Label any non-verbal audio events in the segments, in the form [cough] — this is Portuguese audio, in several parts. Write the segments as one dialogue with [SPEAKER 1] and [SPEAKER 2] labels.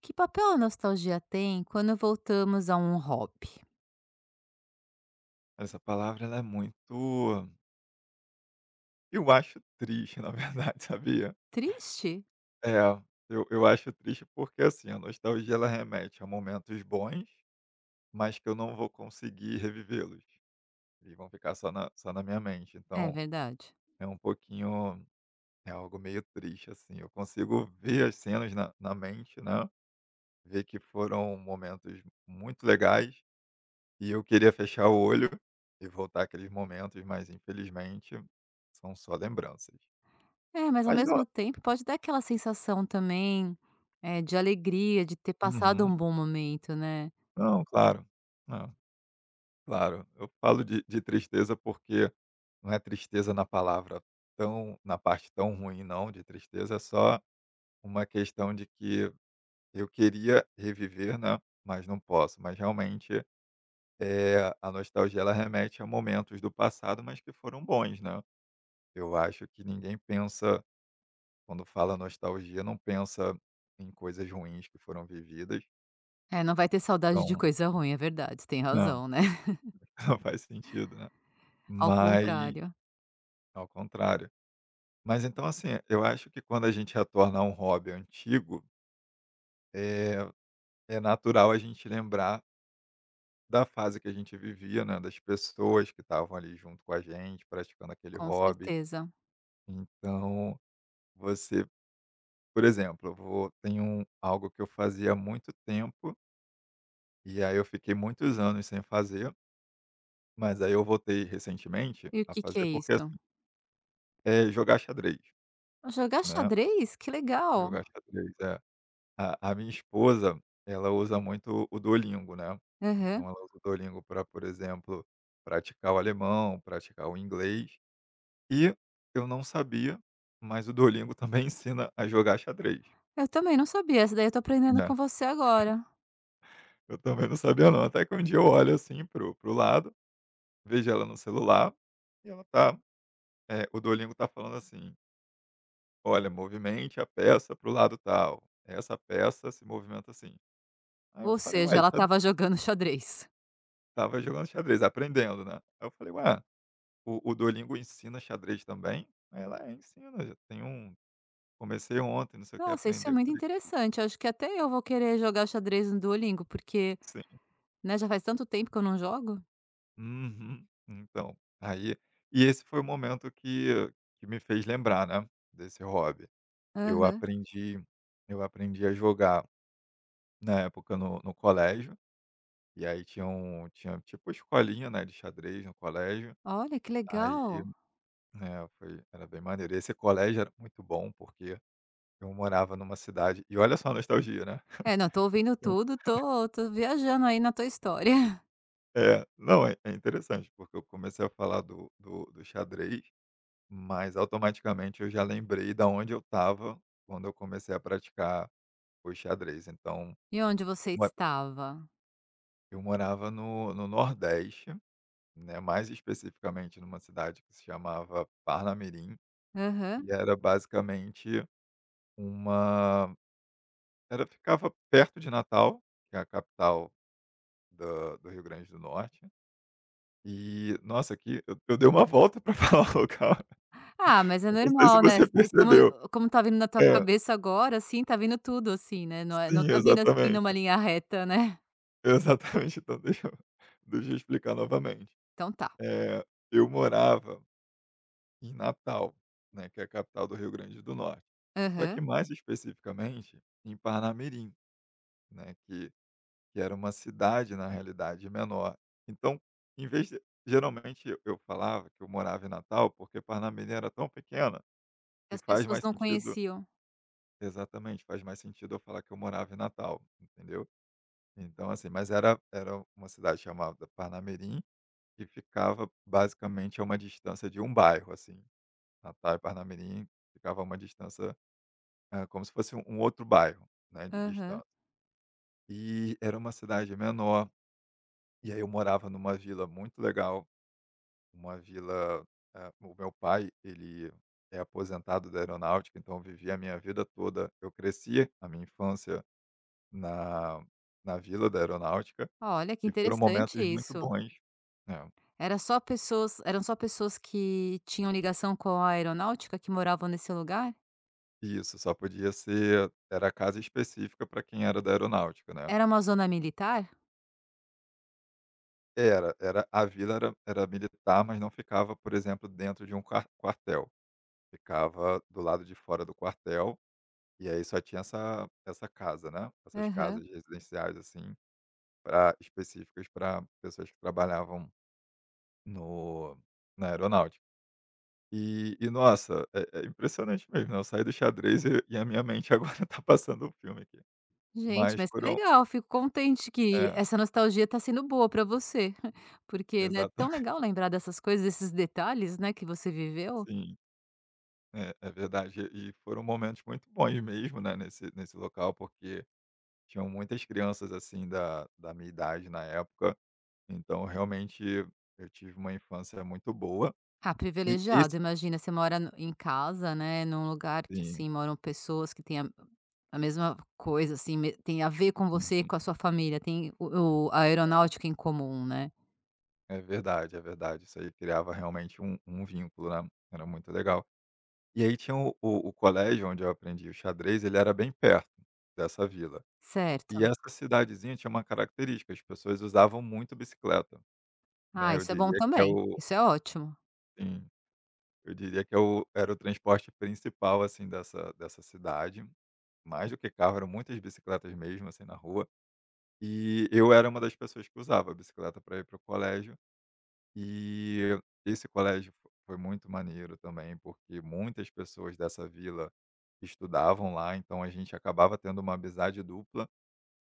[SPEAKER 1] Que papel a nostalgia tem quando voltamos a um hobby?
[SPEAKER 2] Essa palavra ela é muito eu acho triste, na verdade, [laughs] sabia?
[SPEAKER 1] Triste?
[SPEAKER 2] É, eu acho triste porque, assim, a nostalgia ela remete a momentos bons, mas que eu não vou conseguir revivê-los. Eles vão ficar só na minha mente,
[SPEAKER 1] É
[SPEAKER 2] então
[SPEAKER 1] verdade.
[SPEAKER 2] é um pouquinho é algo meio triste, assim. Eu consigo ver as cenas na mente, né, ver que foram momentos muito legais e eu queria fechar o olho e voltar àqueles momentos, mas infelizmente são só lembranças.
[SPEAKER 1] É, mas ao
[SPEAKER 2] Mas não.
[SPEAKER 1] mesmo tempo pode dar aquela sensação também, de alegria, de ter passado
[SPEAKER 2] Uhum.
[SPEAKER 1] um bom momento, né.
[SPEAKER 2] Não, claro. Não, claro. Eu falo de tristeza, porque não é tristeza na palavra tão na parte tão ruim não de tristeza, é só uma questão de que eu queria reviver, né, mas não posso. Mas realmente, é a nostalgia ela remete a momentos do passado, mas que foram bons, né. Eu acho que ninguém pensa quando fala nostalgia, não pensa em coisas ruins que foram vividas.
[SPEAKER 1] É, não vai ter saudade de
[SPEAKER 2] Então
[SPEAKER 1] coisa ruim, é verdade, tem
[SPEAKER 2] não,
[SPEAKER 1] razão, né. [laughs]
[SPEAKER 2] [laughs] não faz sentido, né.
[SPEAKER 1] Ao
[SPEAKER 2] Mas
[SPEAKER 1] contrário,
[SPEAKER 2] ao contrário. Mas então, assim, eu acho que quando a gente retorna a um hobby antigo, é, é natural a gente lembrar da fase que a gente vivia, né? Das pessoas que estavam ali junto com a gente, praticando aquele
[SPEAKER 1] com
[SPEAKER 2] hobby.
[SPEAKER 1] certeza.
[SPEAKER 2] Então, você, por exemplo, eu vou, tem um, algo que eu fazia há muito tempo, e aí eu fiquei muitos anos sem fazer, mas aí eu voltei recentemente
[SPEAKER 1] E o
[SPEAKER 2] a
[SPEAKER 1] que que
[SPEAKER 2] fazer,
[SPEAKER 1] é
[SPEAKER 2] porque
[SPEAKER 1] isso?
[SPEAKER 2] assim, é jogar xadrez,
[SPEAKER 1] Jogar
[SPEAKER 2] né?
[SPEAKER 1] xadrez? Que legal.
[SPEAKER 2] Jogar xadrez. É. A minha esposa, ela usa muito o Duolingo, né. Então
[SPEAKER 1] Aham.
[SPEAKER 2] ela usa o Duolingo para, por exemplo, praticar o alemão, praticar o inglês. E eu não sabia, mas o Duolingo também [laughs] ensina a jogar xadrez,
[SPEAKER 1] Eu também não sabia, essa daí eu tô aprendendo
[SPEAKER 2] né.
[SPEAKER 1] com você agora.
[SPEAKER 2] Eu também não sabia não, até que um dia eu olho, assim, pro lado, vejo ela no celular e ela tá, o Duolingo tá falando assim: "Olha, movimente a peça pro lado tal. Essa peça se movimenta assim". Aí eu
[SPEAKER 1] Ou
[SPEAKER 2] falei:
[SPEAKER 1] seja,
[SPEAKER 2] "Uai!
[SPEAKER 1] ela
[SPEAKER 2] Isso é
[SPEAKER 1] estava jogando xadrez.
[SPEAKER 2] jogando xadrez, aprendendo, né". Aí eu falei: "Ué, o Duolingo ensina xadrez também?" Ela é, ensina, já tem um comecei ontem, não sei o que
[SPEAKER 1] Nossa, isso é
[SPEAKER 2] aprender, eu
[SPEAKER 1] muito
[SPEAKER 2] falei:
[SPEAKER 1] interessante. Acho que até eu vou querer jogar xadrez no Duolingo, porque,
[SPEAKER 2] "Sim".
[SPEAKER 1] né, já faz tanto tempo que eu não jogo.
[SPEAKER 2] Uhum. Então, aí e esse foi o momento que me fez lembrar, né, desse hobby. Eu
[SPEAKER 1] Aham.
[SPEAKER 2] aprendi eu aprendi a jogar na época no colégio, e aí tinha um tinha tipo escolinha, né, de xadrez no colégio,
[SPEAKER 1] Olha, que
[SPEAKER 2] aí
[SPEAKER 1] legal.
[SPEAKER 2] é, foi era bem maneiro. Esse colégio era muito bom, porque eu morava numa cidade e olha só a nostalgia, né.
[SPEAKER 1] É, não, tô ouvindo tudo, tô viajando aí na tua história. [laughs]
[SPEAKER 2] É, não, é é interessante, porque eu comecei a falar do xadrez, mas automaticamente eu já lembrei da onde eu estava quando eu comecei a praticar o xadrez. Então,
[SPEAKER 1] E onde
[SPEAKER 2] eu
[SPEAKER 1] você
[SPEAKER 2] mo
[SPEAKER 1] estava?
[SPEAKER 2] eu morava no nordeste, né, mais especificamente numa cidade que se chamava Parnamirim,
[SPEAKER 1] Aham.
[SPEAKER 2] e era basicamente uma era ficava perto de Natal, que é a capital do Rio Grande do Norte, e nossa, aqui eu dei uma volta para [laughs] falar o local.
[SPEAKER 1] Ah, mas é
[SPEAKER 2] Eu não sei se
[SPEAKER 1] normal, né,
[SPEAKER 2] você
[SPEAKER 1] como
[SPEAKER 2] percebeu.
[SPEAKER 1] como tá vindo na tua
[SPEAKER 2] É,
[SPEAKER 1] cabeça agora, assim, tá vindo tudo, assim, né, não é não
[SPEAKER 2] sim,
[SPEAKER 1] tá vindo, assim, numa
[SPEAKER 2] exatamente.
[SPEAKER 1] linha reta, né.
[SPEAKER 2] Exatamente, então deixa eu explicar novamente.
[SPEAKER 1] Então tá.
[SPEAKER 2] Eh, eu morava em Natal, né, que é a capital do Rio Grande do Norte. Só que
[SPEAKER 1] Aham.
[SPEAKER 2] mais especificamente em Parnamirim, né, que era uma cidade, na realidade, menor. Então, em vez de geralmente eu falava que eu morava em Natal, porque Parnamirim era tão pequena que
[SPEAKER 1] As
[SPEAKER 2] faz
[SPEAKER 1] pessoas
[SPEAKER 2] mais
[SPEAKER 1] não
[SPEAKER 2] sentido
[SPEAKER 1] conheciam.
[SPEAKER 2] exatamente, faz mais sentido eu falar que eu morava em Natal, entendeu? Então assim, mas era uma cidade chamada Parnamirim, que ficava basicamente a uma distância de um bairro, assim. Natal e Parnamirim ficava a uma distância, como se fosse um outro bairro, né, de
[SPEAKER 1] Aham.
[SPEAKER 2] distância. E era uma cidade menor, e aí eu morava numa vila muito legal, uma vila, o meu pai, ele é aposentado da aeronáutica, então eu vivi a minha vida toda eu cresci a minha infância na na vila da aeronáutica,
[SPEAKER 1] Olha, que
[SPEAKER 2] e foram
[SPEAKER 1] interessante
[SPEAKER 2] momentos muito
[SPEAKER 1] isso.
[SPEAKER 2] bons. É.
[SPEAKER 1] Era só pessoas eram só pessoas que tinham ligação com a aeronáutica que moravam nesse lugar?
[SPEAKER 2] Isso, só podia ser era a casa específica para quem era da aeronáutica, né.
[SPEAKER 1] Era uma zona militar?
[SPEAKER 2] Era era a vila era era militar, mas não ficava, por exemplo, dentro de um quartel, ficava do lado de fora do quartel, e aí só tinha essa casa, né, essas
[SPEAKER 1] Aham.
[SPEAKER 2] casas residenciais, assim, pra específicas para pessoas que trabalhavam no na aeronáutica. E nossa, é é impressionante mesmo, né, eu saí do xadrez e a minha mente agora [laughs] tá passando um filme aqui.
[SPEAKER 1] Gente,
[SPEAKER 2] Mas
[SPEAKER 1] mas que
[SPEAKER 2] foram
[SPEAKER 1] legal, fico contente que
[SPEAKER 2] é,
[SPEAKER 1] essa nostalgia tá sendo boa pra você, [laughs] porque, né, é
[SPEAKER 2] exata
[SPEAKER 1] tão legal lembrar dessas coisas, desses detalhes, né, que você viveu.
[SPEAKER 2] Sim, é é verdade. E foram momentos muito bons mesmo, né, nesse local, porque tinham muitas crianças, assim, da minha idade na época. Então, realmente, eu tive uma infância muito boa.
[SPEAKER 1] Ah,
[SPEAKER 2] E
[SPEAKER 1] privilegiado,
[SPEAKER 2] esse
[SPEAKER 1] imagina, você mora no em casa, né, num lugar que,
[SPEAKER 2] sim,
[SPEAKER 1] assim, moram pessoas que têm a mesma coisa, assim, me tem a ver com você e
[SPEAKER 2] sim.
[SPEAKER 1] com a sua família, tem o a aeronáutica em comum, né.
[SPEAKER 2] É verdade, é verdade. Isso aí criava realmente um vínculo, né, era muito legal. E aí tinha o colégio onde eu aprendi o xadrez, ele era bem perto dessa vila.
[SPEAKER 1] Certo.
[SPEAKER 2] E essa cidadezinha tinha uma característica, as pessoas usavam muito bicicleta, né,
[SPEAKER 1] Ah,
[SPEAKER 2] eu
[SPEAKER 1] isso é bom
[SPEAKER 2] diria que é
[SPEAKER 1] também,
[SPEAKER 2] o
[SPEAKER 1] isso é ótimo.
[SPEAKER 2] sim, eu diria que eu era o transporte principal, assim, dessa cidade, mais do que carro, eram muitas bicicletas mesmo, assim, na rua, e eu era uma das pessoas que usava a bicicleta para ir para o colégio, e esse colégio fo foi muito maneiro também, porque muitas pessoas dessa vila estudavam lá, então a gente acabava tendo uma amizade dupla,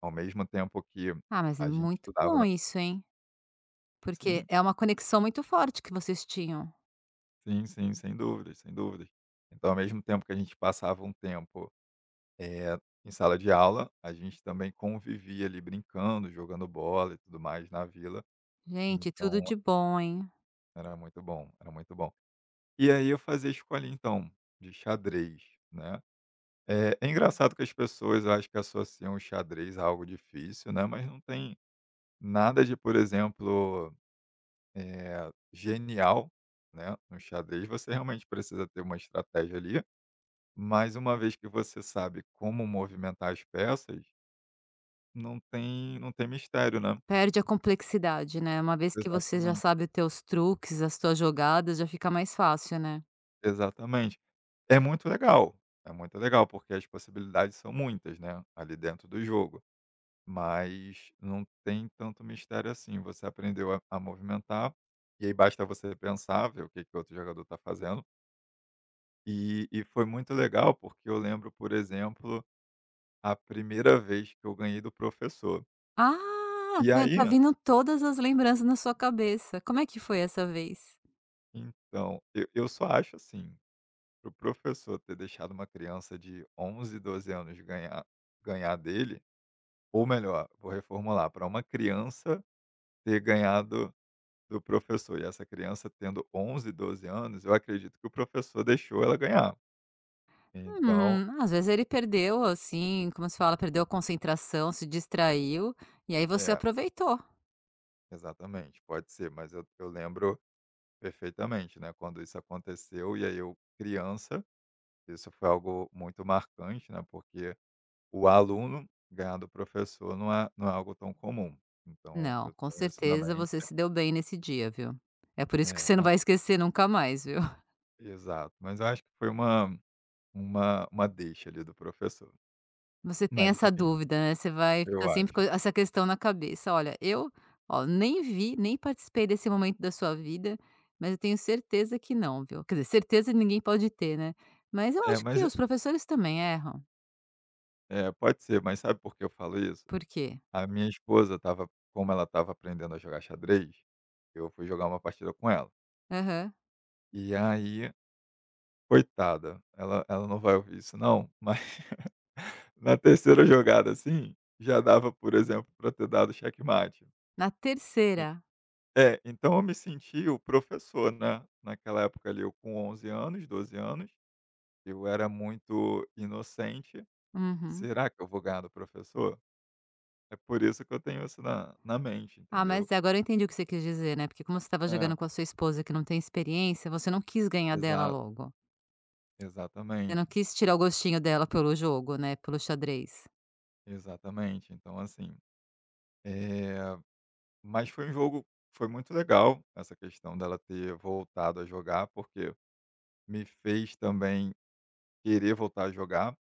[SPEAKER 2] ao mesmo tempo que
[SPEAKER 1] Ah, mas é
[SPEAKER 2] a gente
[SPEAKER 1] muito
[SPEAKER 2] estudava
[SPEAKER 1] bom
[SPEAKER 2] na
[SPEAKER 1] isso, hein. Porque
[SPEAKER 2] sim,
[SPEAKER 1] é uma conexão muito forte que vocês tinham.
[SPEAKER 2] sim, sim, sem dúvidas, sem dúvidas. Então, ao mesmo tempo que a gente passava um tempo em sala de aula, a gente também convivia ali brincando, jogando bola e tudo mais na vila. Hum.
[SPEAKER 1] Gente, tudo
[SPEAKER 2] Então
[SPEAKER 1] de bom, hein.
[SPEAKER 2] era muito bom, era muito bom. E aí eu fazia escolinha então, de xadrez, né. É engraçado que as pessoas eu acho que associam o xadrez a algo difícil, né, mas não tem nada de, por exemplo, genial, né, no xadrez você realmente precisa ter uma estratégia ali, mas uma vez que você sabe como movimentar as peças. Não tem mistério, né.
[SPEAKER 1] Perde a complexidade, né, uma vez que você já
[SPEAKER 2] Exatamente,
[SPEAKER 1] sabe os teus truques, as tuas jogadas, já fica mais fácil, né.
[SPEAKER 2] exatamente. É muito legal, é muito legal, porque as possibilidades são muitas, né, ali dentro do jogo, mas não tem tanto mistério assim, você aprendeu a movimentar, e aí basta você pensar, ver o que que o outro jogador está fazendo. E foi muito legal, porque eu lembro, por exemplo, a primeira vez que eu ganhei do professor.
[SPEAKER 1] Ah,
[SPEAKER 2] E
[SPEAKER 1] tá tá
[SPEAKER 2] aí
[SPEAKER 1] vindo todas as lembranças na sua cabeça. Como é que foi essa vez?
[SPEAKER 2] então, eu só acho assim pro professor ter deixado uma criança de 11, 12 anos ganhar ganhar dele, ou melhor, vou reformular, para uma criança ter ganhado do professor, e essa criança tendo 11, 12 anos, eu acredito que o professor deixou ela ganhar. Então
[SPEAKER 1] Às vezes ele perdeu, assim, como se fala, perdeu a concentração, se distraiu, e aí você
[SPEAKER 2] é,
[SPEAKER 1] aproveitou.
[SPEAKER 2] exatamente, pode ser, mas eu lembro perfeitamente, né, quando isso aconteceu, e aí eu criança, isso foi algo muito marcante, né, porque o aluno ganhar do professor não é algo tão comum, então
[SPEAKER 1] Não,
[SPEAKER 2] eu
[SPEAKER 1] com
[SPEAKER 2] tenho isso na
[SPEAKER 1] certeza
[SPEAKER 2] mente.
[SPEAKER 1] você se deu bem nesse dia, viu. É por isso que
[SPEAKER 2] É,
[SPEAKER 1] você não
[SPEAKER 2] mas
[SPEAKER 1] vai esquecer nunca mais, viu. [laughs]
[SPEAKER 2] exato, mas eu acho que foi uma uma deixa ali do professor,
[SPEAKER 1] Você tem
[SPEAKER 2] mas
[SPEAKER 1] essa
[SPEAKER 2] enfim,
[SPEAKER 1] dúvida, né, você vai
[SPEAKER 2] eu
[SPEAKER 1] ficar sempre com
[SPEAKER 2] acho.
[SPEAKER 1] essa questão na cabeça: "Olha, eu, ó, nem vi, nem participei desse momento da sua vida, mas eu tenho certeza que não, viu". Quer dizer, certeza ninguém pode ter, né, mas eu
[SPEAKER 2] É,
[SPEAKER 1] acho
[SPEAKER 2] mas
[SPEAKER 1] que os professores também erram.
[SPEAKER 2] é, pode ser, mas sabe por que eu falo isso?
[SPEAKER 1] Por quê?
[SPEAKER 2] A minha esposa estava como ela estava aprendendo a jogar xadrez, eu fui jogar uma partida com ela,
[SPEAKER 1] Aham.
[SPEAKER 2] e aí, coitada, ela não vai ouvir isso não, mas [laughs] na terceira jogada, assim, já dava, por exemplo, para ter dado checkmate.
[SPEAKER 1] Na terceira.
[SPEAKER 2] É, então eu me senti o professor, né, naquela época ali, eu com 11 anos, 12 anos, eu era muito inocente.
[SPEAKER 1] Uhum.
[SPEAKER 2] "Será que eu vou ganhar do professor?" É por isso que eu tenho isso na mente,
[SPEAKER 1] Ah,
[SPEAKER 2] entendeu.
[SPEAKER 1] mas agora eu entendi o que você quis dizer, né, porque como você estava
[SPEAKER 2] É,
[SPEAKER 1] jogando com a sua esposa que não tem experiência, você não quis ganhar dela
[SPEAKER 2] exato,
[SPEAKER 1] logo. Você não
[SPEAKER 2] exatamente,
[SPEAKER 1] quis tirar o gostinho dela pelo jogo, né, pelo xadrez.
[SPEAKER 2] exatamente. Então assim, eh, mas foi um jogo foi muito legal essa questão dela ter voltado a jogar, porque me fez também querer voltar a jogar.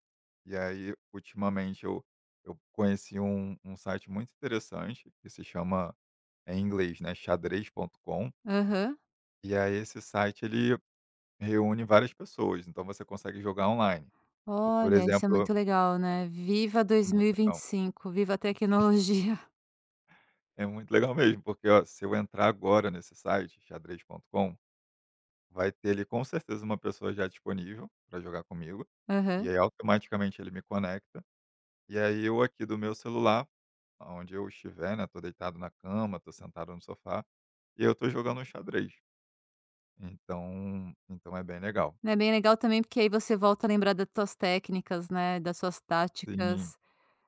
[SPEAKER 2] E aí, ultimamente, eu conheci um, um site muito interessante que se chama, é em inglês, né, xadrez.com.
[SPEAKER 1] Aham.
[SPEAKER 2] E aí, esse site ele reúne várias pessoas, então você consegue jogar online. Por
[SPEAKER 1] Olha, isso é
[SPEAKER 2] exemplo,
[SPEAKER 1] muito legal, né. Viva
[SPEAKER 2] muito legal.
[SPEAKER 1] 2025, viva a tecnologia.
[SPEAKER 2] É muito legal mesmo, porque ó, se eu entrar agora nesse site, xadrez.com, vai ter ali com certeza uma pessoa já disponível para jogar comigo.
[SPEAKER 1] [laughs]
[SPEAKER 2] E
[SPEAKER 1] Aham.
[SPEAKER 2] aí, automaticamente, ele me conecta. E aí eu aqui do meu celular, onde eu estiver, né, tô deitado na cama, tô sentado no sofá, e eu tô jogando um xadrez. Então então é bem legal.
[SPEAKER 1] É bem legal também, porque aí você volta a lembrar das tuas técnicas, né, das suas
[SPEAKER 2] Sim,
[SPEAKER 1] táticas,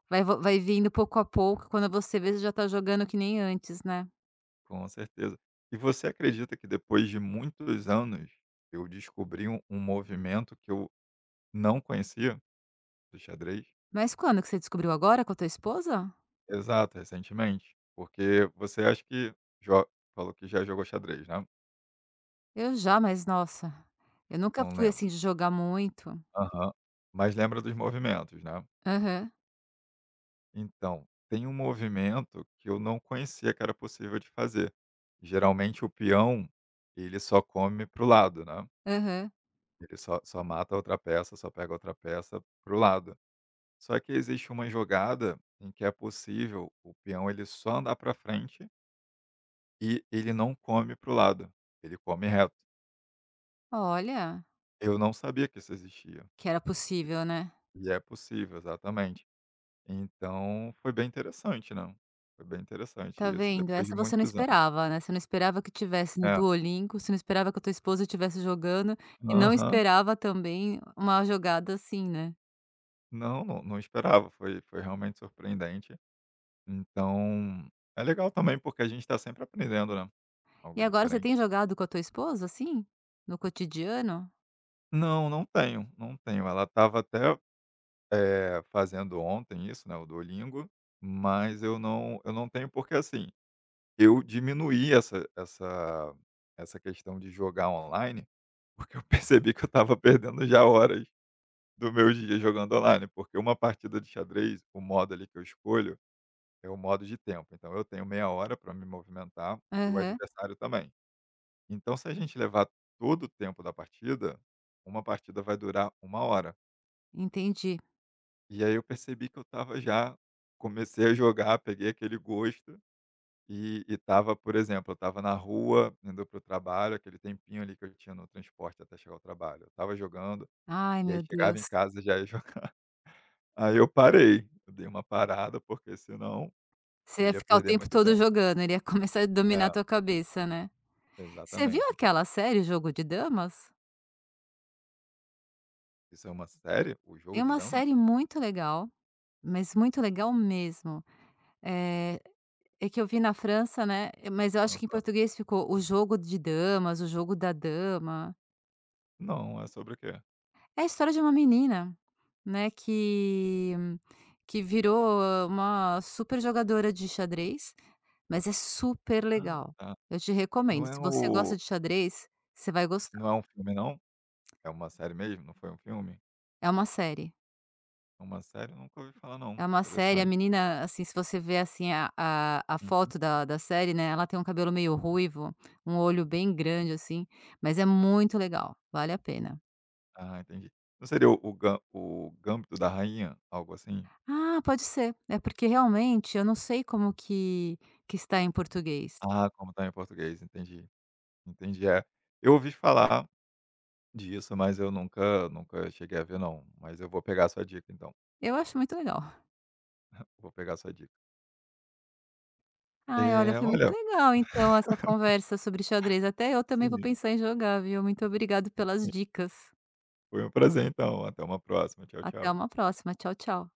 [SPEAKER 1] vai vindo pouco a pouco, quando você vê, você já tá jogando que nem antes, né.
[SPEAKER 2] com certeza. E você acredita que depois de muitos anos, eu descobri um movimento que eu não conhecia do xadrez?
[SPEAKER 1] Mas quando que você descobriu, agora com a tua esposa?
[SPEAKER 2] Exato, recentemente. Porque você acha que jo falou que já jogou xadrez, né?
[SPEAKER 1] Eu já, mas nossa, eu nunca
[SPEAKER 2] Não
[SPEAKER 1] fui assim
[SPEAKER 2] lembra.
[SPEAKER 1] de jogar muito.
[SPEAKER 2] Aham. Mas lembra dos movimentos, né?
[SPEAKER 1] Aham,
[SPEAKER 2] Então, tem um movimento que eu não conhecia que era possível de fazer. Geralmente o peão, ele só come pro lado, né.
[SPEAKER 1] aham.
[SPEAKER 2] Ele só mata outra peça, só pega outra peça pro lado. Só que existe uma jogada em que é possível o peão ele só andar para frente e ele não come pro lado, ele come reto.
[SPEAKER 1] Olha,
[SPEAKER 2] Eu não sabia que isso existia,
[SPEAKER 1] que era possível, né.
[SPEAKER 2] e é possível, exatamente. Então foi bem interessante, né. Foi bem interessante
[SPEAKER 1] Tá
[SPEAKER 2] isso,
[SPEAKER 1] vendo?
[SPEAKER 2] depois de
[SPEAKER 1] Essa você não
[SPEAKER 2] muitos anos.
[SPEAKER 1] esperava, né, você não esperava que tivesse no
[SPEAKER 2] É.
[SPEAKER 1] Duolingo, você não esperava que a tua esposa estivesse jogando e não
[SPEAKER 2] Aham.
[SPEAKER 1] esperava também uma jogada assim, né.
[SPEAKER 2] Não, não esperava, foi foi realmente surpreendente. Então, é legal também, porque a gente está sempre aprendendo, né, algo
[SPEAKER 1] E agora você
[SPEAKER 2] diferente.
[SPEAKER 1] tem jogado com a tua esposa, assim? No cotidiano?
[SPEAKER 2] Não, não tenho, não tenho. Ela estava até, fazendo ontem isso, né, o Duolingo, mas eu não tenho porque, assim, eu diminuí essa questão de jogar online, porque eu percebi que eu estava perdendo já horas do meu dia jogando online, porque uma partida de xadrez, o modo ali que eu escolho é o modo de tempo. Então eu tenho meia hora para me movimentar e o
[SPEAKER 1] Aham,
[SPEAKER 2] adversário também. Então, se a gente levar todo o tempo da partida, uma partida vai durar uma hora.
[SPEAKER 1] entendi.
[SPEAKER 2] E aí eu percebi que eu estava já comecei a jogar, peguei aquele gosto e estava, por exemplo, eu estava na rua, indo para o trabalho, aquele tempinho ali que eu tinha no transporte até chegar ao trabalho. Eu estava jogando
[SPEAKER 1] Ai
[SPEAKER 2] e aí
[SPEAKER 1] meu
[SPEAKER 2] chegava em
[SPEAKER 1] Deus,
[SPEAKER 2] casa e já ia jogar. [laughs] Aí eu parei, eu dei uma parada, porque senão
[SPEAKER 1] você
[SPEAKER 2] eu
[SPEAKER 1] ia
[SPEAKER 2] ia
[SPEAKER 1] ficar o
[SPEAKER 2] perder
[SPEAKER 1] tempo
[SPEAKER 2] muito
[SPEAKER 1] todo
[SPEAKER 2] tempo.
[SPEAKER 1] jogando, ele ia [laughs] começar a dominar a
[SPEAKER 2] É,
[SPEAKER 1] tua cabeça, né. Você viu
[SPEAKER 2] exatamente. Então
[SPEAKER 1] aquela série Jogo de Damas?
[SPEAKER 2] isso é uma série? O jogo
[SPEAKER 1] É
[SPEAKER 2] de
[SPEAKER 1] uma
[SPEAKER 2] damas?
[SPEAKER 1] série muito legal, mas muito legal mesmo, eh É que eu vi na França, né, mas eu acho que em
[SPEAKER 2] Aham.
[SPEAKER 1] português ficou O Jogo de Damas, O Jogo da Dama.
[SPEAKER 2] Não, é sobre o quê?
[SPEAKER 1] É a história de uma menina, né, que virou ah, uma super jogadora de xadrez, mas é super
[SPEAKER 2] Ah,
[SPEAKER 1] legal.
[SPEAKER 2] tá.
[SPEAKER 1] Eu te
[SPEAKER 2] Não
[SPEAKER 1] recomendo,
[SPEAKER 2] é
[SPEAKER 1] se você gosta
[SPEAKER 2] o
[SPEAKER 1] de xadrez, você vai gostar.
[SPEAKER 2] não é um filme não? É uma série mesmo? Não foi um filme?
[SPEAKER 1] É uma série,
[SPEAKER 2] É uma série? Eu nunca ouvi falar não.
[SPEAKER 1] é uma série, a
[SPEAKER 2] Interessante.
[SPEAKER 1] menina, assim, se você vê, assim, a
[SPEAKER 2] Uhum.
[SPEAKER 1] foto da série, né, ela tem um cabelo meio ruivo, um olho bem grande, assim, mas é muito legal, vale a pena.
[SPEAKER 2] Ah, entendi. Não seria o gam o Gambito da Rainha? Algo assim?
[SPEAKER 1] Ah, pode ser. É porque realmente eu não sei como que está em português.
[SPEAKER 2] Ah, como tá em português, entendi. Entendi, é. Eu ouvi falar disso, mas eu nunca cheguei a ver não, mas eu vou pegar a sua dica então.
[SPEAKER 1] Eu acho muito legal.
[SPEAKER 2] Vou pegar a sua dica.
[SPEAKER 1] Ai, olha,
[SPEAKER 2] É.
[SPEAKER 1] foi muito
[SPEAKER 2] Olha,
[SPEAKER 1] legal então essa conversa sobre xadrez. Até eu também vou
[SPEAKER 2] sim,
[SPEAKER 1] pensar em jogar, viu. Muito obrigado pelas
[SPEAKER 2] sim,
[SPEAKER 1] dicas.
[SPEAKER 2] foi um prazer então, até uma próxima. Tchau,
[SPEAKER 1] Até
[SPEAKER 2] tchau.
[SPEAKER 1] uma próxima. Tchau, tchau.